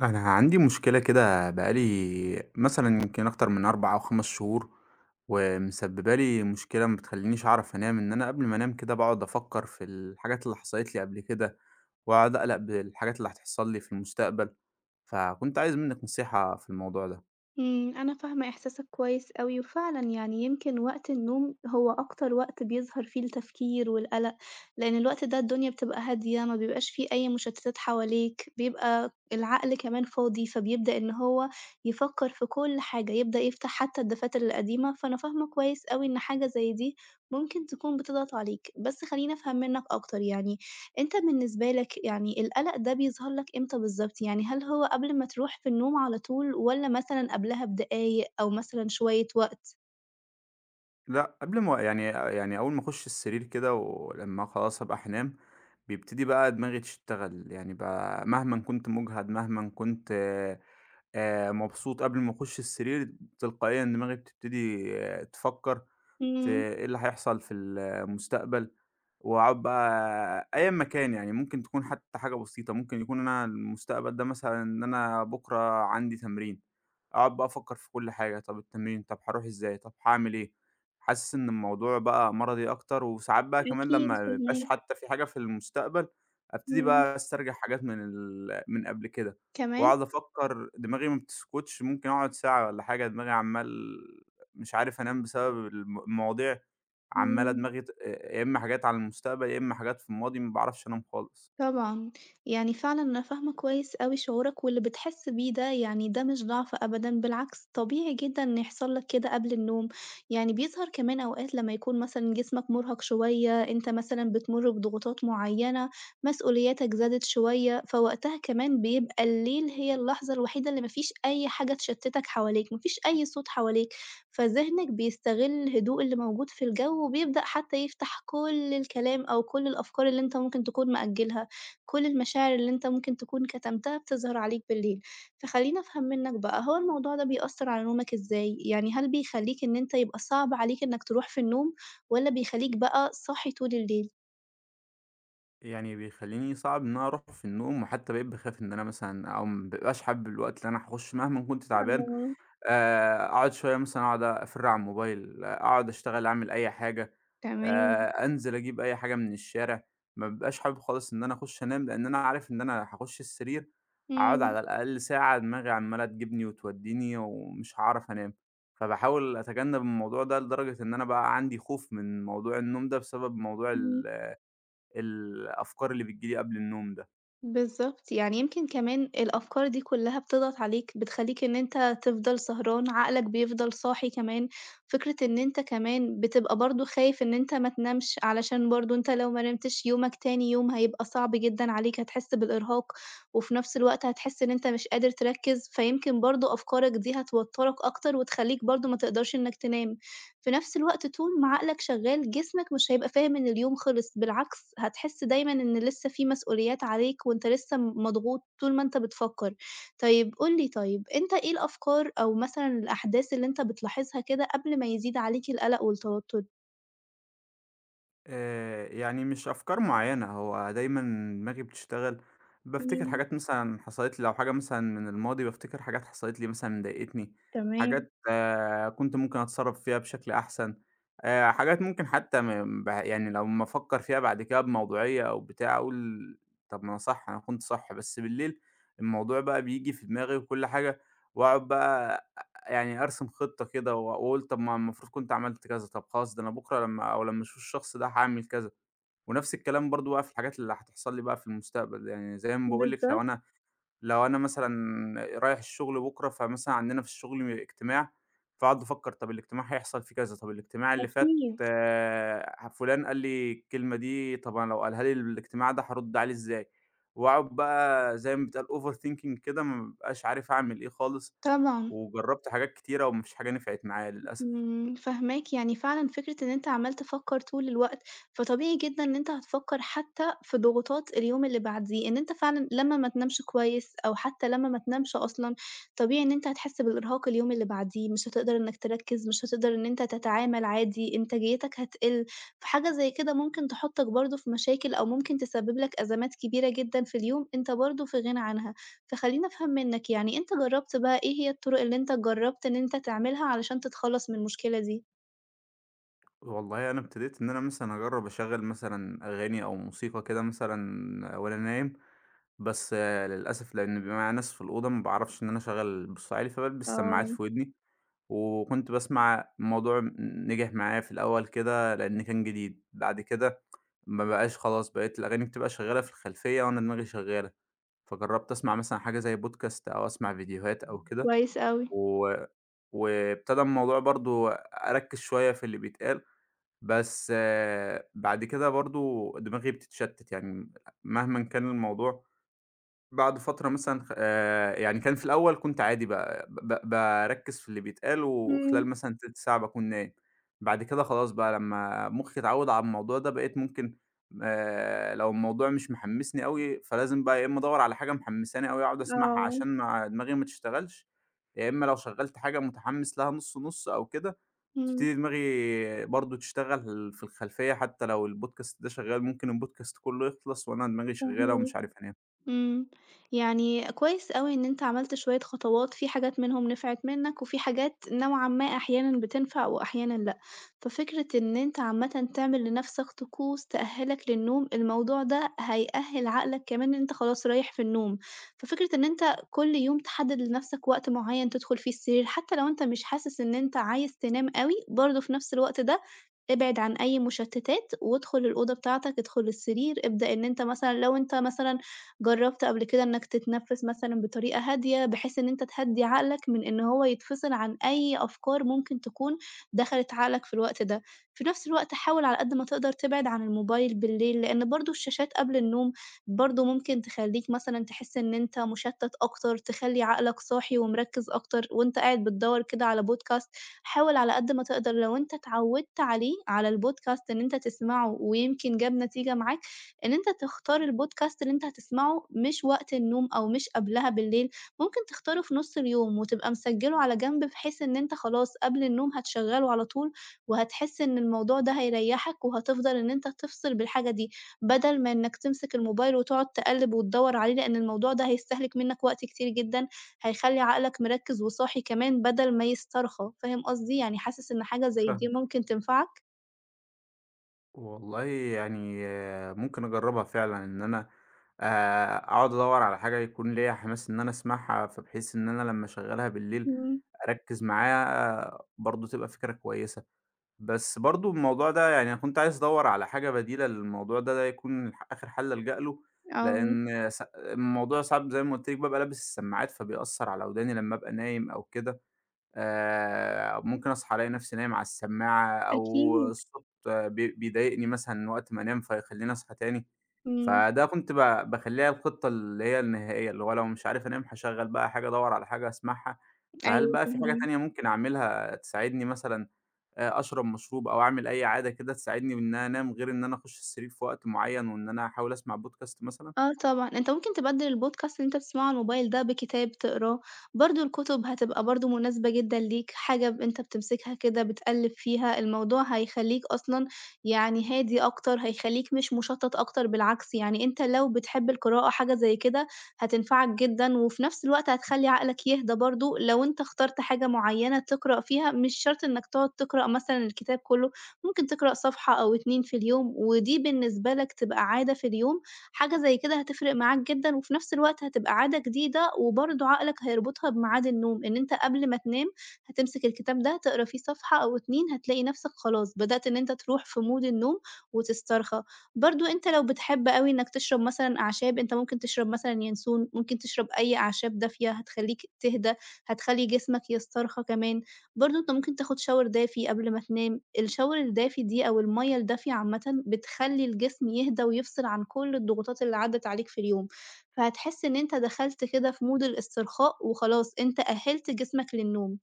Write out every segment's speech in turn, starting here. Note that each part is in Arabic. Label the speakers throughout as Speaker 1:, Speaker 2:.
Speaker 1: أنا عندي مشكلة كده بقى لي مثلًا يمكن أكتر من 4 أو 5 شهور، ومسببة لي مشكلة ما بتخلّينيش أعرف أنام، إن أنا قبل ما أنام كده باقعد أفكّر في الحاجات اللي حصلت لي قبل كده، وأقعد أقلق بالحاجات اللي هتحصل لي في المستقبل، فكنت عايز منِّك نصيحة في الموضوع ده.
Speaker 2: أنا فاهمة إحساسك كويس أوي، وفعلًا يعني يمكن وقت النوم هو أكتر وقت بيظهر فيه التفكير والقلق، لإن الوقت ده الدنيا بتبقى هادية، ما بيبقاش فيه أي مشتتات حواليك، بيبقى العقل كمان فاضي، فبيبدأ إن هو يفكر في كل حاجة، يبدأ يفتح حتى الدفاتر القديمة، فأنا فاهمة كويس أوي إن حاجة زي دي ممكن تكون بتضغط عليك، بس خلّيني أفهم منك أكتر يعني، أنت بالنسبة لك يعني القلق ده بيظهر لك إمتى بالضبط؟ يعني هل هو قبل ما تروح في النوم على طول والّا مثلًا قبلها بدقايق أو مثلًا شوية وقت؟
Speaker 1: لأ، قبل ما يعني أول ما أخُش السرير كده ولمّا خلاص أبقى هانام، بيبتدي بقى دماغي تشتغل، يعني ب مهمًا كنت مُجهد، مهمًا كنت مبسوط قبل ما أخُش السرير، تلقائيًا دماغي بتبتدي آه، تفكّر في
Speaker 2: إمم،
Speaker 1: إيه اللي هيحصل في المستقبل، وأقعد بقى أيًا ما كان يعني ممكن تكون حتى حاجة بسيطة، ممكن يكون أنا المستقبل ده مثلًا إن أنا بُكرة عندي تمرين، أقعد بقى أفكر في كل حاجة، طب التمرين، طب هاروح إزاي، طب هاعمل إيه؟ حاسس إن الموضوع بقى مرضي أكتر، وساعات بقى كمان
Speaker 2: أكيد
Speaker 1: لما ما بيبقاش
Speaker 2: فاهماك،
Speaker 1: حتى في حاجة في المستقبل، أبتدي
Speaker 2: إمم،
Speaker 1: بقى أسترجع حاجات من قبل كده،
Speaker 2: كمان؟
Speaker 1: وأقعد أفكر دماغي ما بتسكتش، ممكن أقعد ساعة والّا حاجة دماغي عمّال مش عارف أنام بسبب المواضيع عمّالة
Speaker 2: إمم.
Speaker 1: دماغي ت يا إمّا حاجات على المستقبل، يا إمّا حاجات في الماضي، ما باعرفش أنام خالص.
Speaker 2: طبعًا، يعني فعلًا أنا فاهمة كويس أوي شعورك واللي بتحس بيه ده، يعني ده مش ضعف أبدًا، بالعكس طبيعي جدًا إن يحصل لك كده قبل النوم، يعني بيظهر كمان أوقات لمّا يكون مثلًا جسمك مرهق شوية، أنت مثلًا بتمُر بضغوطات معيّنة، مسؤولياتك زادت شوية، فوقتها كمان بيبقى الليل هي اللحظة الوحيدة اللي ما فيش أي حاجة تشتتك حواليك، ما فيش أي صوت حواليك، فذهنك بيستغل الهدوء اللي موجود في الجو وبيبدأ حتى يفتح كل الكلام أو كل الأفكار اللي أنت ممكن تكون مأجلها. كل المشاعر اللي أنت ممكن تكون كتمتها بتظهر عليك بالليل. فخلّيني أفهم منّك بقى، هو الموضوع ده بيأثّر على نومك إزاي؟ يعني هل بيخلّيك إن أنت يبقى صعب عليك إنّك تروح في النوم والّا بيخلّيك بقى صاحي طول الليل؟
Speaker 1: يعني بيخلّيني صعب إن أنا أروح في النوم، وحتّى بقيت باخاف إن أنا مثلًا أو ما بابقاش حابب الوقت اللي أنا هاخُش مهما كنت تعبان.
Speaker 2: آه،
Speaker 1: أقعد شوية مثلًا أقعد أفِر على الموبايل، آه، أقعد أشتغل أعمل أي حاجة.
Speaker 2: تمام.
Speaker 1: أنزل أجيب أي حاجة من الشارع، ما بابقاش حابب خالص إن أنا أخُش أنام، لإن أنا عارف إن أنا هاخُش السرير هاقعد
Speaker 2: إمم،
Speaker 1: على الأقل ساعة دماغي عمّالة تجيبني وتودّيني ومش هاعرف أنام، فباحاول أتجنّب الموضوع ده لدرجة إن أنا بقى عندي خوف من موضوع النوم ده بسبب موضوع
Speaker 2: إمم.
Speaker 1: الأفكار اللي بتيجي لي قبل النوم ده.
Speaker 2: بالضبط، يعني يمكن كمان الأفكار دي كلّها بتضغط عليك، بتخلّيك إن أنت تفضل سهران، عقلك بيفضل صاحي كمان، فكرة إن أنت كمان بتبقى برضه خايف إن أنت ما تنامش، علشان برضه أنت لو ما نمتش يومك تاني يوم هيبقى صعب جدًا عليك، هتحس بالإرهاق، وفي نفس الوقت هتحس إن أنت مش قادر تركّز، فيمكن برضه أفكارك دي هتوتّرك أكتر وتخلّيك برضه ما تقدرش إنك تنام. في نفس الوقت طول ما عقلك شغال، جسمك مش هيبقى فاهم إن اليوم خلص، بالعكس هتحس دايمًا إن لسه في مسؤوليات عليك وأنت لسه مضغوط طول ما أنت بتفكّر. طيب قُل لي طيب، أنت إيه الأفكار أو مثلًا الأحداث اللي أنت بتلاحظها كده قبل ما يزيد عليك القلق والتوتر؟
Speaker 1: يعني مش أفكار معيّنة، هو دايمًا دماغي بتشتغل، بافتكر
Speaker 2: إمم،
Speaker 1: حاجات مثلًا حصلت لي لو حاجة مثلًا من الماضي، بافتكر حاجات حصلت لي مثلًا ضايقتني،
Speaker 2: تمام،
Speaker 1: حاجات آه، كنت ممكن أتصرّف فيها بشكل أحسن، حاجات ممكن حتى م ب يعني لمّا أفكّر فيها بعد كده بموضوعية أو بتاع أقول طَب ما أنا صح، أنا كنت صح، بس بالليل الموضوع بقى بييجي في دماغي وكل حاجة وأقعد بقى يعني أرسم خطة كده و وأقول طب ما المفروض كنت عملت كذا، طب خلاص ده أنا بُكرة لمّا أو لمّا أشوف الشخص ده هاعمل كذا، ونفس الكلام برضه بقى في الحاجات اللي هتحصل لي بقى في المستقبل، يعني زي ما باقول لِك
Speaker 2: بالضبط،
Speaker 1: لو أنا مثلًا رايح الشغل بُكرة، فمثلًا عندنا في الشغل اجتماع، فاقعد أفكر طب الاجتماع هيحصل فيه كذا، طب الاجتماع اللي فات
Speaker 2: أكيد،
Speaker 1: ه فلان قال لي الكلمة دي، طب أنا لو قالها لي الاجتماع ده هارُد عليه إزاي، وأقعد بقى زي ما بيتقال overthinking كده ما بابقاش عارف أعمل إيه خالص،
Speaker 2: طبعًا.
Speaker 1: وجرّبت حاجات كتيرة وما فيش حاجة نفعت معايا للأسف.
Speaker 2: فاهماك، يعني فعلًا فكرة إن أنت عمّال تفكّر طول الوقت، فطبيعي جدًا إن أنت هتفكّر حتى في ضغوطات اليوم اللي بعديه، إن أنت فعلًا لمّا ما تنامش كويس أو حتى لمّا ما تنامش أصلًا، طبيعي إن أنت هتحس بالإرهاق اليوم اللي بعديه، مش هتقدر إنّك تركّز، مش هتقدر إن أنت تتعامل عادي، إنتاجيتك هتقِل، فحاجة زي كده ممكن تحطّك برضه في مشاكل أو ممكن تسبب لك أزمات كبيرة جدًا في اليوم أنت برضه في غنى عنها. فخلّيني أفهم منّك، يعني أنت جرّبت بقى إيه هي الطُرق اللي أنت جرّبت إن أنت تعملها علشان تتخلّص من المشكلة دي؟
Speaker 1: والله أنا ابتديت إن أنا مثلًا أجرّب أشغّل مثلًا أغاني أو موسيقى كده مثلًا وأنا نايم، بس آه، للأسف لإن بيبقى معايا ناس في الأوضة ما باعرفش إن أنا أشغّل بصوت عالي، فبالبس سماعات في
Speaker 2: آه،
Speaker 1: ودني، وكنت باسمع الموضوع ن نجح معايا في الأول كده لإن كان جديد، بعد كده ما بقاش خلاص بقيت الأغاني بتبقى شغّالة في الخلفية وأنا دماغي شغّالة، فجرّبت أسمع مثلًا حاجة زي podcast أو أسمع فيديوهات أو كده.
Speaker 2: كويس أوي.
Speaker 1: و وابتدى الموضوع برضه أركّز شوية في اللي بيتقال، بس آه، بعد كده برضه دماغي بتتشتت، يعني مهمًا كان الموضوع بعد فترة مثلًا خ يعني كان في الأول كنت عادي بقى ب ب باركّز في اللي بيتقال وخلال
Speaker 2: إمم،
Speaker 1: مثلًا تلت ساعة باكون نايم، بعد كده خلاص بقى لمّا مُخّي اتعوّد على الموضوع ده بقيت ممكن لو الموضوع مش محمّسني أوي فلازم بقى يا إمّا أدوّر على حاجة محمّساني أوي أقعد أسمعها عشان
Speaker 2: آه،
Speaker 1: ما دماغي ما تشتغلش، يا إمّا لو شغّلت حاجة متحمّس لها نُص أو كده
Speaker 2: إمم،
Speaker 1: بتبتدي دماغي برضه تشتغل في الخلفية حتى لو البودكاست ده شغّال ممكن البودكاست كُلّه يخلص وأنا دماغي شغّالة
Speaker 2: فاهماك.
Speaker 1: ومش عارف أنام.
Speaker 2: إمم، يعني كويس أوي إن أنت عملت شوية خطوات، في حاجات منهم نفعت منك، وفي حاجات نوعًا ما أحيانًا بتنفع وأحيانًا لأ، ففكرة إن أنت عامةً تعمل لنفسك طقوس تأهّلك للنوم، الموضوع ده هيأهّل عقلك كمان إن أنت خلاص رايح في النوم، ففكرة إن أنت كل يوم تحدد لنفسك وقت معيّن تدخل فيه السرير، حتى لو أنت مش حاسس إن أنت عايز تنام أوي، برضه في نفس الوقت ده ابعد عن أي مشتتات، وادخل الأوضة بتاعتك، ادخل السرير، ابدأ إن أنت مثلًا لو أنت مثلًا جرّبت قبل كده إنّك تتنفّس مثلًا بطريقة هادية، بحيث إن أنت تهدّي عقلك من إن هو يتفصل عن أي أفكار ممكن تكون دخلت عقلك في الوقت ده. في نفس الوقت حاول على قد ما تقدر تبعد عن الموبايل بالليل، لإن برضه الشاشات قبل النوم برضه ممكن تخلّيك مثلًا تحس إن أنت مشتّت أكتر، تخلّي عقلك صاحي ومركّز أكتر وأنت قاعد بتدوّر كده على podcast. حاول على قد ما تقدر لو أنت اتعوّدت عليه، على الpodcast إن أنت تسمعه ويمكن جاب نتيجة معاك، إن أنت تختار البودكاست اللي أنت هتسمعه مش وقت النوم أو مش قبلها بالليل، ممكن تختاره في نُص اليوم وتبقى مسجّله على جنب بحيث إن أنت خلاص قبل النوم هتشغّله على طول، وهتحس إن الموضوع ده هيريّحك وهتفضل إن أنت تفصل بالحاجة دي، بدل ما إنّك تمسك الموبايل وتقعد تقلِّب وتدوّر عليه، لإن الموضوع ده هيستهلك منّك وقت كتير جدًا، هيخلّي عقلك مركّز وصاحي كمان بدل ما يسترخى، فاهم قصدي؟ يعني حاسس إن حاجة زي دي
Speaker 1: فاهمك.
Speaker 2: ممكن تنفعك؟
Speaker 1: والله يعني آه، ممكن أجرّبها فعلًا إن أنا أقعد أدوّر على حاجة يكون ليّا حماس إن أنا أسمعها، فبحيث إن أنا لمّا أشغّلها بالليل
Speaker 2: إمم،
Speaker 1: أركّز معاها آه، برضه تبقى فكرة كويسة. بس برضه الموضوع ده يعني أنا كنت عايز أدوّر على حاجة بديلة للموضوع ده، ده يكون آخِر حَل ألجأ له،
Speaker 2: آه،
Speaker 1: لإن س الموضوع صعب زي ما قُلت لِك بابقى لابس السماعات، فبيأثّر على وداني لمّا أبقى نايم أو كده. ممكن أصحى ألاقي نفسي نايم على السماعة أو
Speaker 2: أكيد،
Speaker 1: الصوت آه، بيضايقني مثلًا وقت ما أنام فيخلّيني أصحى تاني،
Speaker 2: إمم.
Speaker 1: فده كنت ب باخلّيها الخطة اللي هي النهائية، اللي هو لو مش عارف أنام هاشغّل بقى حاجة أدوّر على حاجة أسمعها، فهل
Speaker 2: أيوه
Speaker 1: بقى في حاجة
Speaker 2: فاهماكِ.
Speaker 1: تانية ممكن أعملها تساعدني مثلًا أشرب مشروب أو أعمل أي عادة كده تساعدني بإن أنا أنام غير إن أنا أخُش السرير في وقت معيّن وإن أنا أحاول أسمع podcast مثلًا؟
Speaker 2: آه طبعًا، أنت ممكن تبدِّل الpodcast اللي أنت بتسمعه على الموبايل ده بكتاب تقراه، برضه الكتب هتبقى برضه مناسبة جدًا ليك، حاجة أنت بتمسكها كده بتقلِّب فيها، الموضوع هيخلّيك أصلًا يعني هادي أكتر، هيخلّيك مش مُشتَّت أكتر، بالعكس يعني أنت لو بتحب القراءة حاجة زي كده هتنفعك جدًا، وفي نفس الوقت هتخلّي عقلك يهدى برضه، لو أنت اخترت حاجة معيّنة تقرأ فيها مش شرط إنك تقعد تقرأ مثلًا الكتاب كلّه، ممكن تقرأ صفحة أو 2 في اليوم، ودي بالنسبة لك تبقى عادة في اليوم حاجة زي كده هتفرق معاك جدًا، وفي نفس الوقت هتبقى عادة جديدة، وبرضه عقلك هيربطها بميعاد النوم، إن أنت قبل ما تنام هتمسك الكتاب ده تقرا فيه صفحة أو 2 هتلاقي نفسك خلاص بدأت إن أنت تروح في mood النوم وتسترخى. برضه أنت لو بتحب أوي إنك تشرب مثلًا أعشاب، أنت ممكن تشرب مثلًا ينسون، ممكن تشرب أي أعشاب دافية هتخليك تهدى، هتخلي جسمك يسترخى كمان. برضه أنت ممكن تاخد shower دافي قبل ما تنام. الشاور الدافي دي أو المَيّة الدافية عامةً بتخلّي الجسم يهدى ويفصل عن كل الضغوطات اللي عدّت عليك في اليوم، فهتحس إن أنت دخلت كده في مود الاسترخاء وخلاص أنت أهّلت جسمك للنوم.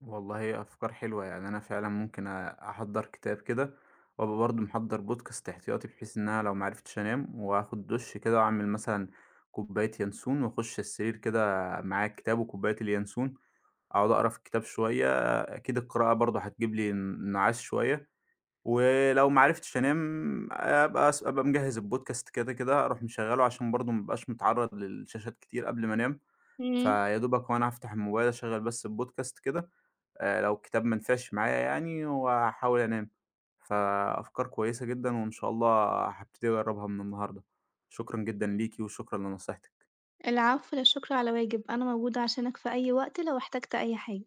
Speaker 1: والله أفكار حلوة، يعني أنا فعلًا ممكن أحضّر كتاب كده، وأبقى برضه محضّر بودكاست احتياطي بحيث إن أنا لو ما عرفتش أنام وآخد دُش كده وأعمل مثلًا كوباية ينسون وأخُش السرير كده معايا الكتاب وكوباية الينسون، أقعد أقرا في الكتاب شوية، أكيد القراءة برضه هتجيب لي انعاش شوية، ولو ما عرفتش أنام أبقى مجهّز البودكاست كده، كده أروح مشغّله عشان برضه ما ابقاش متعرّض للشاشات كتير قبل ما أنام.
Speaker 2: إمم،
Speaker 1: فيا دوبك وأنا هافتح الموبايل أشغّل بس البودكاست كده، لو الكتاب ما نفعش معايا يعني وأحاول أنام. فأفكار كويسة جدًا وإن شاء الله هابتدي أجرّبها من النهارده. شكرًا جدًا ليكِ وشكرًا لنصيحتِك.
Speaker 2: العفو، لا شكر على واجب، أنا موجودة عشانك في أي وقت لو احتجت أي حاجة.